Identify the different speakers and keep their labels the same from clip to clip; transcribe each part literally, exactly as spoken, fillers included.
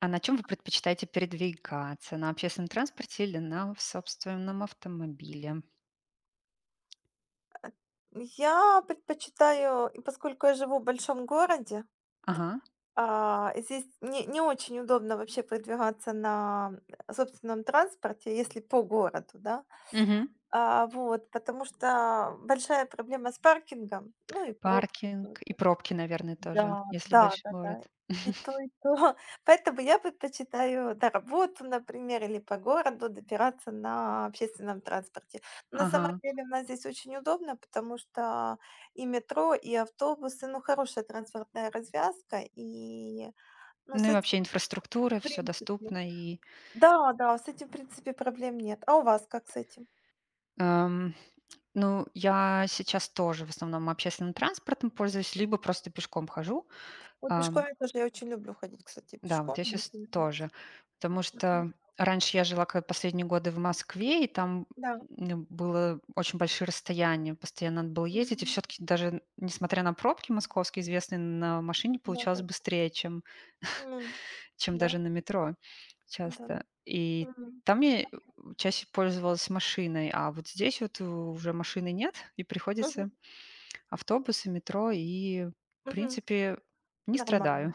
Speaker 1: А на чем вы предпочитаете передвигаться? На общественном транспорте или на в собственном автомобиле?
Speaker 2: Я предпочитаю, и поскольку я живу в большом городе,
Speaker 1: Ага.
Speaker 2: а, здесь не, не очень удобно вообще продвигаться на э, собственном транспорте, если по городу, да.
Speaker 1: Мгм.
Speaker 2: А, вот, потому что большая проблема с паркингом, ну и пробки тоже.
Speaker 1: Паркинг и пробки, наверное, тоже,
Speaker 2: Да,
Speaker 1: если
Speaker 2: да,
Speaker 1: большой
Speaker 2: да-да.
Speaker 1: город.
Speaker 2: И то, и то. Поэтому я предпочитаю на работу, например, или по городу добираться на общественном транспорте. На самом
Speaker 1: Ага.
Speaker 2: деле у нас здесь очень удобно, потому что и метро, и автобусы, ну, хорошая транспортная развязка, и, ну, с
Speaker 1: Ну и вообще
Speaker 2: этим,
Speaker 1: инфраструктура,
Speaker 2: в
Speaker 1: все
Speaker 2: принципе.
Speaker 1: доступно. И,
Speaker 2: Да, да, с этим, в принципе, проблем нет. А у вас как с этим?
Speaker 1: эм, ну, я сейчас тоже в основном общественным транспортом пользуюсь, либо просто пешком хожу.
Speaker 2: Ой,
Speaker 1: А
Speaker 2: пешком я тоже, я очень люблю ходить, кстати,
Speaker 1: Да, вот
Speaker 2: пешком,
Speaker 1: я
Speaker 2: мне
Speaker 1: сейчас
Speaker 2: очень нравится.
Speaker 1: тоже. Потому
Speaker 2: Мгм.
Speaker 1: что раньше я жила ка последние годы в Москве, и там,
Speaker 2: Да.
Speaker 1: м, было очень большие расстояния, постоянно надо было ездить. И
Speaker 2: Мгм.
Speaker 1: все таки даже несмотря на пробки московские известные, на машине получалось
Speaker 2: Да-да.
Speaker 1: быстрее, чем
Speaker 2: М.
Speaker 1: чем
Speaker 2: Да,
Speaker 1: даже на метро часто.
Speaker 2: да-да.
Speaker 1: И
Speaker 2: Мгм.
Speaker 1: там я, э, чаще пользовалась машиной, а вот здесь вот э, уже машины нет, и приходится
Speaker 2: Мгм.
Speaker 1: автобусы, метро, и, в
Speaker 2: Мгм.
Speaker 1: принципе, не
Speaker 2: Нормально.
Speaker 1: страдаю.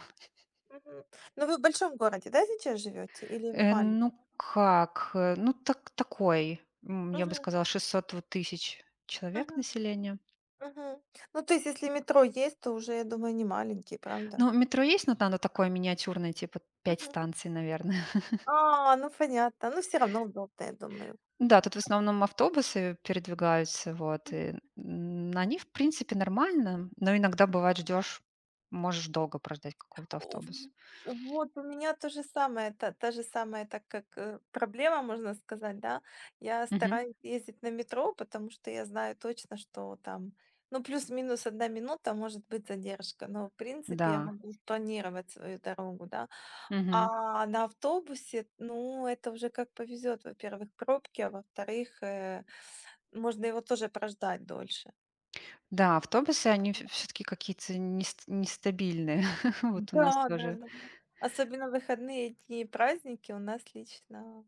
Speaker 2: Мгм. Но вы в большом городе, да, сейчас живете или в
Speaker 1: Э,
Speaker 2: маленьком?
Speaker 1: ну как, э, ну так такой, м, я бы
Speaker 2: Мгм.
Speaker 1: сказала, шестьсот вот тысяч человек
Speaker 2: Мгм.
Speaker 1: населения.
Speaker 2: Мгм. Ну, то есть, если метро есть, то уже, я думаю, не маленький, правда?
Speaker 1: Ну, метро есть, но там оно такое миниатюрное, типа пять
Speaker 2: Мгм.
Speaker 1: станций, наверное.
Speaker 2: А, ну понятно. Ну, все равно удобно, я думаю.
Speaker 1: Да, тут в основном автобусы передвигаются, вот, и, м, они, в принципе, нормально, но иногда бывает ждешь, можешь долго прождать какого-то автобуса.
Speaker 2: В вот у меня то же самое, та та же самая, так как, э, проблема, можно сказать, да. Я
Speaker 1: Мгм.
Speaker 2: стараюсь ездить на метро, потому что я знаю точно, что там, ну, плюс-минус одна минута, может быть задержка, но, в принципе, я
Speaker 1: Да.
Speaker 2: могу планировать свою дорогу, да.
Speaker 1: Мгм.
Speaker 2: А на автобусе, ну, это уже как повезет. Во-первых, пробки, а во-вторых, э, можно его тоже прождать дольше.
Speaker 1: Да, автобусы, они все таки какие-то нест нестабильные. Вот у нас
Speaker 2: Да,
Speaker 1: тоже.
Speaker 2: да-да. Особенно в выходные дни и праздники у нас лично.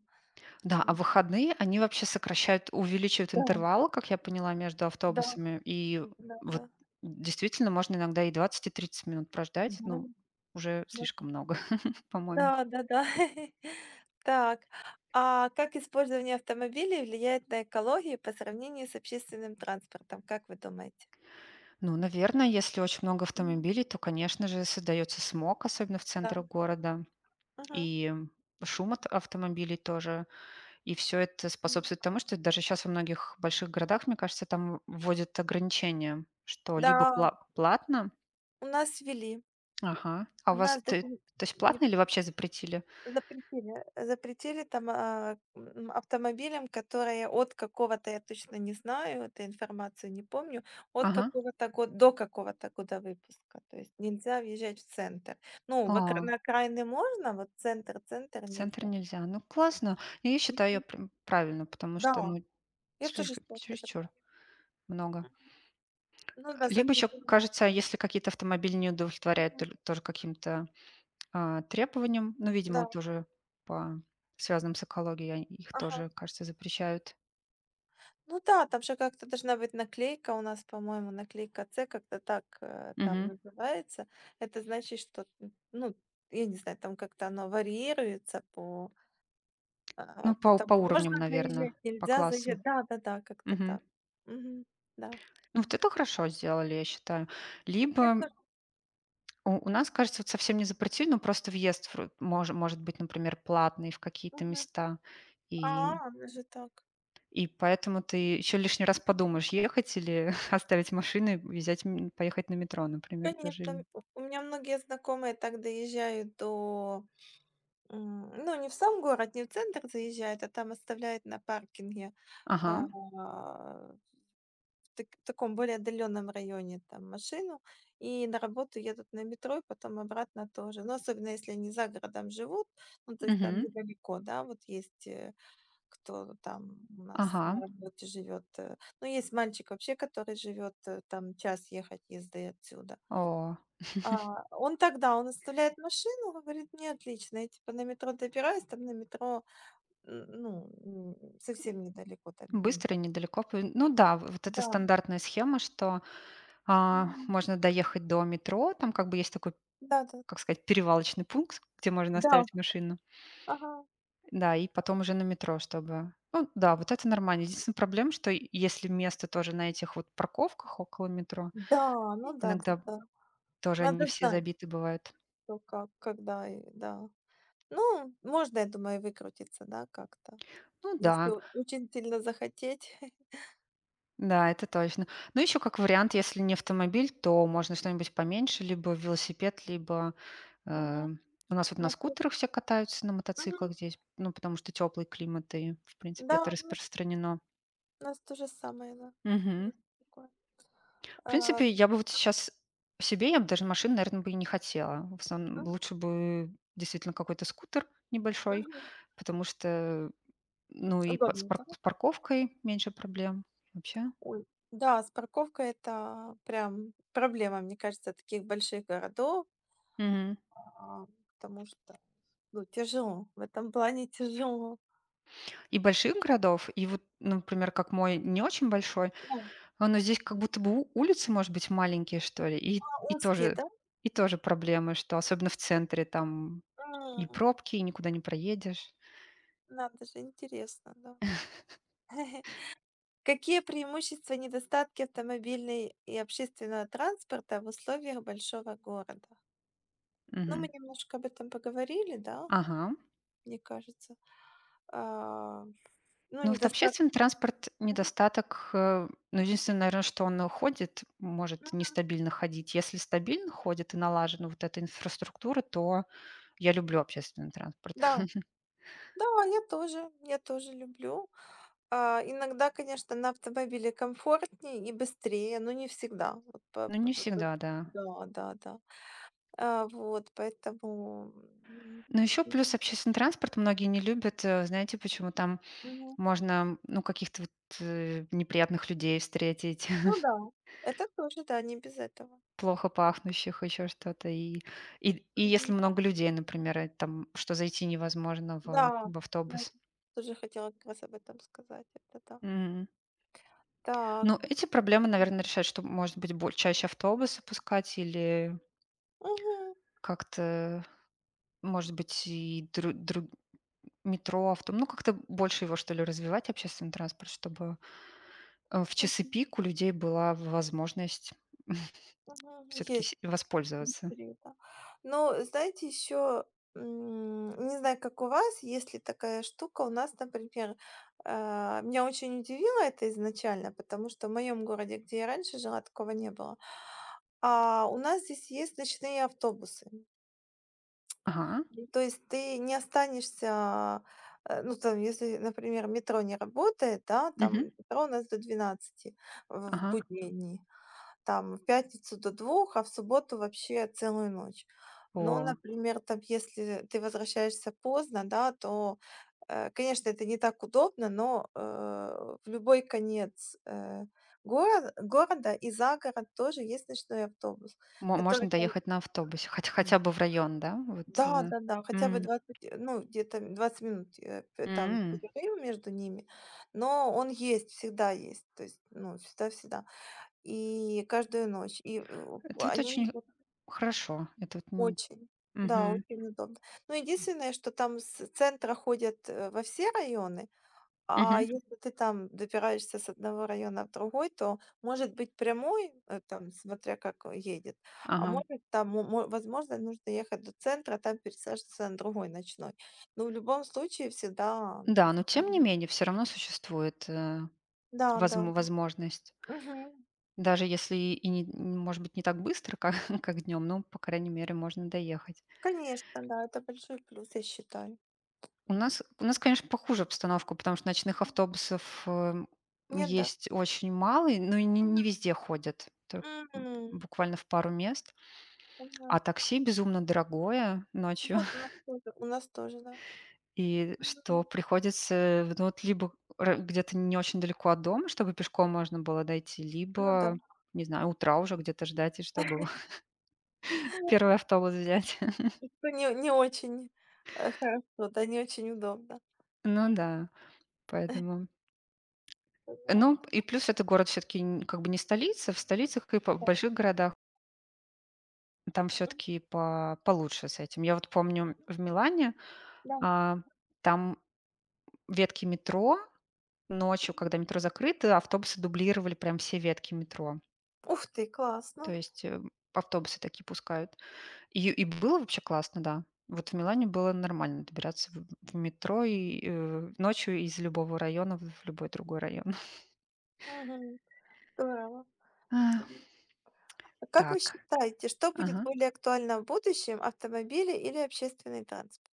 Speaker 1: Да, а в выходные они вообще сокращают, увеличивают
Speaker 2: Да,
Speaker 1: интервалы, как я поняла, между
Speaker 2: да,
Speaker 1: автобусами. И
Speaker 2: да-да.
Speaker 1: вот действительно можно иногда и двадцать, и тридцать минут прождать.
Speaker 2: Да,
Speaker 1: Ну, уже
Speaker 2: да.
Speaker 1: слишком много, по-моему.
Speaker 2: Да-да-да. Так, а как использование автомобилей влияет на экологию по сравнению с общественным транспортом, как вы думаете?
Speaker 1: Ну, наверное, если очень много
Speaker 2: М,
Speaker 1: автомобилей, то, конечно же, создается смог, особенно в
Speaker 2: да,
Speaker 1: центрах города.
Speaker 2: мгм.
Speaker 1: И шум от автомобилей тоже. И все это
Speaker 2: М.
Speaker 1: способствует тому, что даже сейчас во многих больших городах, мне кажется, там вводят ограничения, что
Speaker 2: Да,
Speaker 1: либо пла- платно.
Speaker 2: у нас ввели.
Speaker 1: Ага. А у
Speaker 2: У
Speaker 1: вас?
Speaker 2: нас
Speaker 1: Ты
Speaker 2: даже.
Speaker 1: То есть платно или вообще запретили?
Speaker 2: Запретили, запретили там, а, м, автомобилям, которые от какого-то, я точно не знаю, эту информацию не помню, от
Speaker 1: Ага.
Speaker 2: какого-то года до какого-то года выпуска. То есть нельзя въезжать в центр. Ну, в окра-
Speaker 1: А,
Speaker 2: на окраины можно, вот центр, центр
Speaker 1: в центр
Speaker 2: нельзя.
Speaker 1: нельзя. Ну, классно. И я считаю, я
Speaker 2: Мгм.
Speaker 1: прям правильно, потому что,
Speaker 2: Да,
Speaker 1: ну,
Speaker 2: я тоже
Speaker 1: слишком
Speaker 2: считаю, что это
Speaker 1: чересчур
Speaker 2: правильно.
Speaker 1: много.
Speaker 2: Ну да,
Speaker 1: Либо еще,
Speaker 2: загрязнение.
Speaker 1: кажется, если какие-то автомобили не удовлетворяют
Speaker 2: Мгм.
Speaker 1: тол- тоже каким-то а, требованиям, ну, видимо,
Speaker 2: Да,
Speaker 1: тоже по связанным с экологией, они- их
Speaker 2: ага.
Speaker 1: тоже, кажется, запрещают.
Speaker 2: Ну да, там же как-то должна быть наклейка. У нас, по-моему, наклейка "Ц" как-то так, э, там
Speaker 1: Мгм.
Speaker 2: называется. Это значит, что, н ну, я не знаю, там как-то оно варьируется по,
Speaker 1: Ну,
Speaker 2: а, по
Speaker 1: по, по
Speaker 2: тому,
Speaker 1: уровням,
Speaker 2: можно
Speaker 1: наверное,
Speaker 2: заезжать,
Speaker 1: по
Speaker 2: нельзя
Speaker 1: классам.
Speaker 2: заезжать. Да-да-да, как-то
Speaker 1: Мгм.
Speaker 2: так. Мгм. Да.
Speaker 1: Ну, вот это хорошо сделали, я считаю. Либо
Speaker 2: Это.
Speaker 1: У у нас, кажется, вот совсем не запретили, но просто въезд в ру мож может быть, например, платный в какие-то
Speaker 2: Мгм.
Speaker 1: места.
Speaker 2: А,
Speaker 1: И
Speaker 2: даже так.
Speaker 1: и поэтому ты еще лишний раз подумаешь, ехать или оставить машину и взять м, поехать на метро, например, тоже
Speaker 2: Конечно,
Speaker 1: или.
Speaker 2: м, у у меня многие знакомые так доезжают до, м, ну, не в сам город, не в центр заезжают, а там оставляют на паркинге,
Speaker 1: Ага,
Speaker 2: а так таком более отдаленном районе там машину, и на работу едут на метро, и потом обратно тоже. Но особенно если они за городом живут, ну, то есть там
Speaker 1: мгм,
Speaker 2: недалеко, да, вот есть, э, кто там у нас на
Speaker 1: ага.
Speaker 2: работе живет, э, ну, есть мальчик вообще, который живет, э, там час ехать езды отсюда.
Speaker 1: О,
Speaker 2: А, он тогда, он оставляет машину, говорит: "Мне отлично, я типа на метро добираюсь". Там на метро, н ну, м, совсем недалеко, там минут
Speaker 1: быстро и
Speaker 2: двадцать.
Speaker 1: недалеко. П Ну да, в вот эта
Speaker 2: Да.
Speaker 1: стандартная схема, что, а,
Speaker 2: Мгм.
Speaker 1: можно доехать до метро, там как бы есть такой,
Speaker 2: Да-да.
Speaker 1: как сказать, перевалочный пункт, где можно
Speaker 2: Да. Да.
Speaker 1: оставить машину.
Speaker 2: Ага.
Speaker 1: Да, и потом уже на метро, чтобы ну да, вот это нормально. Единственная проблема, что и- если место тоже на этих вот парковках около метро,
Speaker 2: Да, ну
Speaker 1: и иногда
Speaker 2: да-да-да.
Speaker 1: тоже они
Speaker 2: Надо
Speaker 1: все
Speaker 2: знать,
Speaker 1: забиты бывают.
Speaker 2: что, как, когда и да. Ну, можно, я думаю, выкрутиться, да, как-то,
Speaker 1: Ну
Speaker 2: если
Speaker 1: да,
Speaker 2: о очень сильно захотеть.
Speaker 1: да, это точно. Ну, еще как вариант, если не автомобиль, то можно что-нибудь поменьше, либо велосипед, либо, э,
Speaker 2: Мгм.
Speaker 1: у нас вот на
Speaker 2: Мотив.
Speaker 1: скутерах все катаются, на
Speaker 2: Мгм.
Speaker 1: мотоциклах здесь, ну, потому что теплый климат и, в принципе,
Speaker 2: Да,
Speaker 1: это
Speaker 2: у нас
Speaker 1: распространено.
Speaker 2: у нас то же самое, да.
Speaker 1: Мгм.
Speaker 2: Есть такое.
Speaker 1: В
Speaker 2: А,
Speaker 1: принципе, я бы вот сейчас себе, я бы даже машину, наверное, бы и не хотела. В основном
Speaker 2: мгм,
Speaker 1: лучше бы действительно какой-то скутер небольшой,
Speaker 2: мгм.
Speaker 1: потому что, ну и па- с, пар-
Speaker 2: Удобненько.
Speaker 1: с парковкой меньше проблем вообще.
Speaker 2: Ой. Да, с парковкой — это прям проблема, мне кажется, таких больших городов,
Speaker 1: Мгм.
Speaker 2: а, потому что, ну, тяжело, в этом плане тяжело.
Speaker 1: И больших городов, и вот, ну, например, как мой не очень большой,
Speaker 2: Да.
Speaker 1: а, но здесь как будто бы у- улицы, может быть, маленькие, что ли, и,
Speaker 2: А,
Speaker 1: и
Speaker 2: узкие,
Speaker 1: тоже
Speaker 2: да?
Speaker 1: и тоже проблемы, что особенно в центре там и
Speaker 2: М.
Speaker 1: пробки, и никуда не проедешь.
Speaker 2: Надо же, интересно, да. Какие преимущества и недостатки автомобильной и общественного транспорта в условиях большого города? Ну,
Speaker 1: Мгм.
Speaker 2: мы немножко об этом поговорили, да,
Speaker 1: Ага.
Speaker 2: мне кажется. А, ну,
Speaker 1: Ну, вот
Speaker 2: недостатки.
Speaker 1: общественный транспорт
Speaker 2: Мгм.
Speaker 1: недостаток, э, ну, единственное, наверное, что он ходит, может
Speaker 2: Ну.
Speaker 1: нестабильно ходить. Если стабильно ходит и налажена вот эта инфраструктура, то я люблю общественный транспорт.
Speaker 2: Да, да, да, я тоже, я тоже люблю. А, иногда, конечно, на автомобиле комфортнее и быстрее, но не всегда. Вот по-
Speaker 1: Но не
Speaker 2: по- по- по-
Speaker 1: всегда, да.
Speaker 2: да, да, да. А, вот, поэтому. м,
Speaker 1: Но еще плюс общественный транспорт многие не любят, э, знаете почему? Там
Speaker 2: мгм.
Speaker 1: можно, ну, каких-то вот, э, неприятных людей встретить,
Speaker 2: Ну да, это тоже, да, не без этого.
Speaker 1: плохо пахнущих, еще что-то. И, и, и если
Speaker 2: Мгм.
Speaker 1: много людей, например, э, там, что зайти невозможно в,
Speaker 2: Да,
Speaker 1: в
Speaker 2: да,
Speaker 1: автобус.
Speaker 2: тоже хотела как раз об этом сказать, это да.
Speaker 1: Мгм.
Speaker 2: Так,
Speaker 1: Ну, эти проблемы, наверное, решать, что, может быть, бо чаще автобусы пускать или
Speaker 2: мгм,
Speaker 1: как-то, может быть, и дру дру метро, авто ну, как-то больше его, что ли, развивать, общественный транспорт, чтобы, э, в часы
Speaker 2: мгм,
Speaker 1: пик у людей была возможность
Speaker 2: мгм,
Speaker 1: все таки
Speaker 2: есть
Speaker 1: воспользоваться.
Speaker 2: быстрее, да. Но знаете, еще, не знаю, как у вас, есть ли такая штука, у нас, например, э, меня очень удивило это изначально, потому что в моем городе, где я раньше жила, такого не было. А у нас здесь есть ночные автобусы.
Speaker 1: Ага.
Speaker 2: То есть ты не останешься, э, ну, там, если, например, метро не работает, да, там
Speaker 1: Мгм.
Speaker 2: метро у нас до двенадцати в в
Speaker 1: Ага.
Speaker 2: будние дни, там в пятницу до двух, а в субботу вообще целую ночь. Но,
Speaker 1: О,
Speaker 2: например, там, если ты возвращаешься поздно, да, то, э, конечно, это не так удобно, но, э, в любой конец, э, горо- города и за город тоже есть ночной автобус,
Speaker 1: мо
Speaker 2: который
Speaker 1: можно
Speaker 2: там
Speaker 1: доехать на автобусе, хоть хотя бы в район, да? Вот, э.
Speaker 2: да-да-да, хотя бы
Speaker 1: М.
Speaker 2: двадцать, э, ну, где-то двадцать минут, э, п там
Speaker 1: М.
Speaker 2: перерыв между ними, но он есть, всегда есть, то есть, ну, всегда-всегда. И каждую ночь. И, э,
Speaker 1: Это вот
Speaker 2: они
Speaker 1: очень
Speaker 2: идут
Speaker 1: хорошо. Это вот, м.
Speaker 2: очень, да,
Speaker 1: Мгм.
Speaker 2: очень удобно. Ну единственное, что там с центра ходят, э, во все районы. А
Speaker 1: Мгм.
Speaker 2: если ты там добираешься с одного района в другой, то может быть прямой, э, там, смотря как, э, едет, а
Speaker 1: Ага.
Speaker 2: может там, мо- мо- возможно, нужно ехать до центра, там пересаживаться на другой ночной. Но в любом случае всегда... м,
Speaker 1: Да, но тем не
Speaker 2: вполне.
Speaker 1: менее все равно существует, э,
Speaker 2: Да, да.
Speaker 1: возм возможность.
Speaker 2: Мгм.
Speaker 1: Даже если и не н- может быть, не так быстро, как как днём, но, по крайней мере, можно доехать.
Speaker 2: Конечно, да, это большой плюс, я считаю.
Speaker 1: У нас у нас, конечно, похуже обстановка, потому что ночных автобусов, э,
Speaker 2: Нет, да.
Speaker 1: есть очень мало, и но и не не
Speaker 2: Мгм.
Speaker 1: везде ходят, только
Speaker 2: М,
Speaker 1: буквально в пару мест. А
Speaker 2: понятно.
Speaker 1: такси безумно дорогое ночью.
Speaker 2: Вот у нас тоже, у нас тоже, да.
Speaker 1: И что
Speaker 2: Мгм.
Speaker 1: приходится, ну, вот либо ра где-то не очень далеко от дома, чтобы пешком можно было дойти,
Speaker 2: Ну да,
Speaker 1: либо, не знаю, утра уже где-то ждать, и чтобы первый автобус взять.
Speaker 2: что не, не очень, э, хорошо, да, не очень удобно.
Speaker 1: Ну да, поэтому. Ну,
Speaker 2: Понятно.
Speaker 1: и плюс это город все таки как бы не столица. В столицах и по в больших городах там все таки по получше с этим. Я вот помню в Милане,
Speaker 2: Да.
Speaker 1: а, там ветки метро ночью, когда метро закрыто, автобусы дублировали прям все ветки метро.
Speaker 2: Ух ты, классно.
Speaker 1: То есть, э, автобусы такие пускают. И и было вообще классно, да. Вот в Милане было нормально добираться в в метро и, э, ночью из любого района в в любой другой район.
Speaker 2: Мгм. Здорово.
Speaker 1: А,
Speaker 2: А как вы
Speaker 1: так.
Speaker 2: считаете, что будет
Speaker 1: Ага.
Speaker 2: более актуально в будущем: автомобили или общественный транспорт?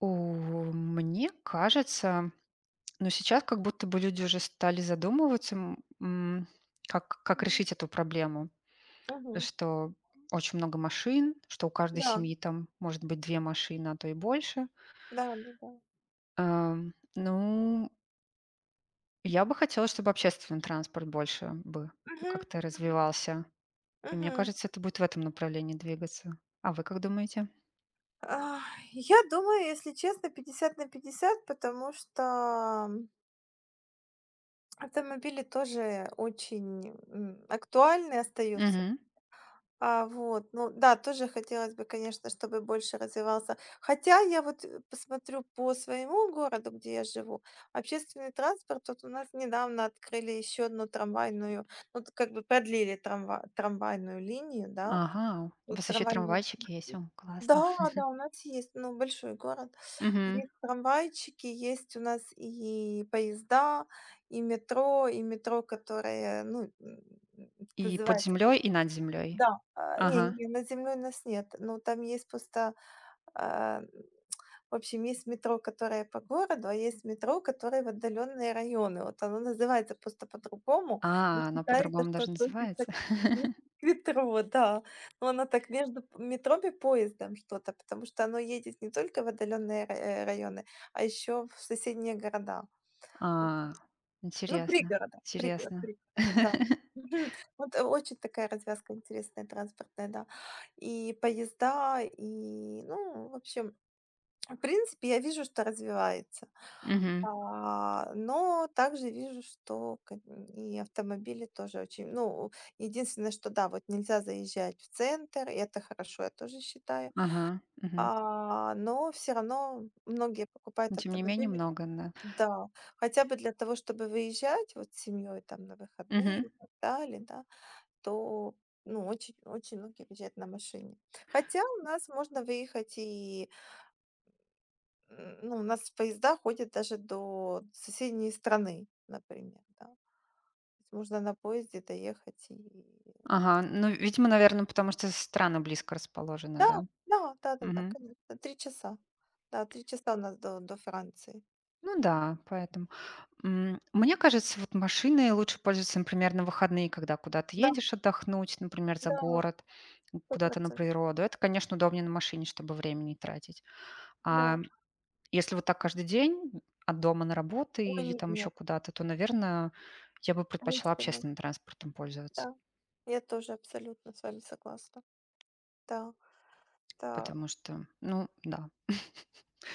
Speaker 1: У Мне кажется, но сейчас как будто бы люди уже стали задумываться, м, м, как как
Speaker 2: Мгм.
Speaker 1: решить эту проблему,
Speaker 2: Мгм.
Speaker 1: что очень много машин, что у каждой
Speaker 2: Да,
Speaker 1: семьи там может быть две машины, а то и больше.
Speaker 2: да, да, да.
Speaker 1: Ам, ну Я бы хотела, чтобы общественный транспорт больше бы
Speaker 2: Мгм,
Speaker 1: как-то
Speaker 2: мгм.
Speaker 1: развивался. И мне
Speaker 2: Мгм.
Speaker 1: кажется, это будет в этом направлении двигаться. А вы как думаете?
Speaker 2: А, я думаю, если честно, пятьдесят на пятьдесят, потому что, м, автомобили тоже очень, м, актуальны остаются.
Speaker 1: Мгм.
Speaker 2: А, вот, ну да, тоже хотелось бы, конечно, чтобы больше развивался. Хотя я вот, э, посмотрю по своему городу, где я живу, общественный транспорт, тут у нас недавно открыли еще одну трамвайную, ну, т- как бы продлили трамва- трамвайную линию, да,
Speaker 1: Ага, у
Speaker 2: вот
Speaker 1: вас еще
Speaker 2: трамвайную.
Speaker 1: трамвайчики есть, о, классно.
Speaker 2: Да, да, у нас есть, ну, большой город.
Speaker 1: Мгм.
Speaker 2: Есть трамвайчики, есть у нас и поезда, и метро, и метро, которое, ну, м,
Speaker 1: И под
Speaker 2: называется
Speaker 1: землей, и над землей.
Speaker 2: да. А, не
Speaker 1: Ага.
Speaker 2: не, над землей нас нет. Ну, там есть просто, а, в общем, есть метро, которое по городу, а есть метро, которое в отдаленные районы. Вот оно называется просто по-другому, но
Speaker 1: А, оно
Speaker 2: считается,
Speaker 1: по-другому
Speaker 2: что
Speaker 1: даже
Speaker 2: относится к
Speaker 1: называется.
Speaker 2: мет к метро, да. Но оно так между п метро и поездом что-то, потому что оно едет не только в отдаленные, э, районы, а еще в соседние города.
Speaker 1: А,
Speaker 2: Ну,
Speaker 1: интересно,
Speaker 2: пригорода, пригород
Speaker 1: интересно.
Speaker 2: пригорода, да. Мгм. Вот, э, очень такая развязка интересная транспортная, да. И поезда, и, ну, в общем, в принципе, я вижу, что развивается.
Speaker 1: Мгм.
Speaker 2: А, но также вижу, что ка- и автомобили тоже очень... Ну, единственное, что да, вот нельзя заезжать в центр, и это хорошо, я тоже считаю.
Speaker 1: Ага, мгм.
Speaker 2: А, но все равно многие
Speaker 1: Но
Speaker 2: покупают
Speaker 1: тем не менее
Speaker 2: автомобили.
Speaker 1: много, да.
Speaker 2: Да, хотя бы для того, чтобы выезжать вот с семьей там на выходные
Speaker 1: Мгм.
Speaker 2: и так далее, да, то ну, очень, очень многие выезжают на машине. Хотя у нас можно выехать и, м, ну, у нас поезда ходят даже до соседней страны, например, да. То есть можно на поезде доехать и...
Speaker 1: Ага, ну, видимо, наверное, потому что страны близко расположены,
Speaker 2: Да,
Speaker 1: да?
Speaker 2: да, да, да, да,
Speaker 1: Мгм.
Speaker 2: конечно, три часа. Да, три часа у нас до, до Франции.
Speaker 1: Ну да, поэтому. М, мне кажется, вот машиной лучше пользоваться, например, на выходные, когда куда-то
Speaker 2: Да,
Speaker 1: едешь отдохнуть, например, за
Speaker 2: да,
Speaker 1: город,
Speaker 2: сто
Speaker 1: куда-то на
Speaker 2: процентов,
Speaker 1: природу. Это, конечно, удобнее на машине, чтобы время не тратить. А
Speaker 2: да.
Speaker 1: если вот так каждый день от дома на работу
Speaker 2: Ой,
Speaker 1: или там еще
Speaker 2: нет,
Speaker 1: куда-то, то, наверное, я бы
Speaker 2: нет.
Speaker 1: предпочла общественным транспортом пользоваться.
Speaker 2: Да, я тоже абсолютно с вами согласна. Да, да.
Speaker 1: Потому что, ну да,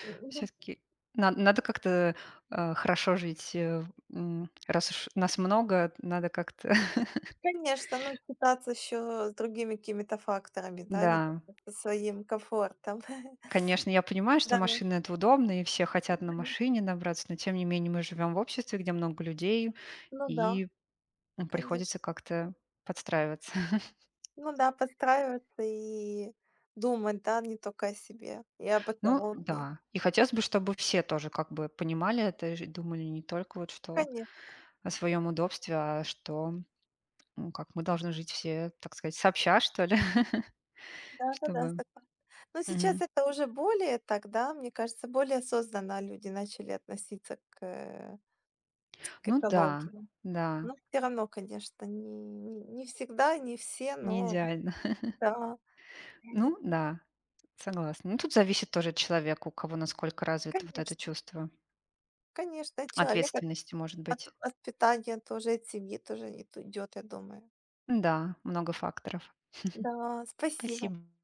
Speaker 2: Ну,
Speaker 1: все-таки надо, как-то э, хорошо жить. Э, м, раз уж нас много, надо как-то,
Speaker 2: конечно, ну, считаться еще с другими какими-то факторами, да, не
Speaker 1: да.
Speaker 2: только со своим комфортом.
Speaker 1: Конечно, я понимаю, что
Speaker 2: Да,
Speaker 1: машина — это удобно, и все хотят на машине набраться, но тем не менее мы живем в обществе, где много людей,
Speaker 2: ну да,
Speaker 1: и м,
Speaker 2: конечно.
Speaker 1: приходится как-то подстраиваться.
Speaker 2: Ну да, подстраиваться и думать, да, не только о себе, и об
Speaker 1: Ну
Speaker 2: экологии.
Speaker 1: да, и хотелось бы, чтобы все тоже как бы понимали это и думали не только вот что
Speaker 2: Конечно,
Speaker 1: о своем удобстве, а что, ну, как мы должны жить все, так сказать, сообща, что ли,
Speaker 2: да-да-да,
Speaker 1: чтобы...
Speaker 2: согласна. Но сейчас
Speaker 1: Мгм.
Speaker 2: это уже более так, да, мне кажется, более осознанно люди начали относиться к, э, к
Speaker 1: Ну да,
Speaker 2: экологии.
Speaker 1: да,
Speaker 2: Ну, все равно, конечно, не не не всегда, не все,
Speaker 1: не
Speaker 2: но
Speaker 1: идеально.
Speaker 2: да,
Speaker 1: Ну да, согласна. Ну тут зависит тоже от человека, у кого насколько развито вот это
Speaker 2: конечно,
Speaker 1: чувство.
Speaker 2: конечно, человек от
Speaker 1: Ответственности, может
Speaker 2: от
Speaker 1: быть.
Speaker 2: от питания тоже, от семьи тоже идет, я думаю.
Speaker 1: Да, много факторов.
Speaker 2: Да, спасибо.
Speaker 1: Спасибо.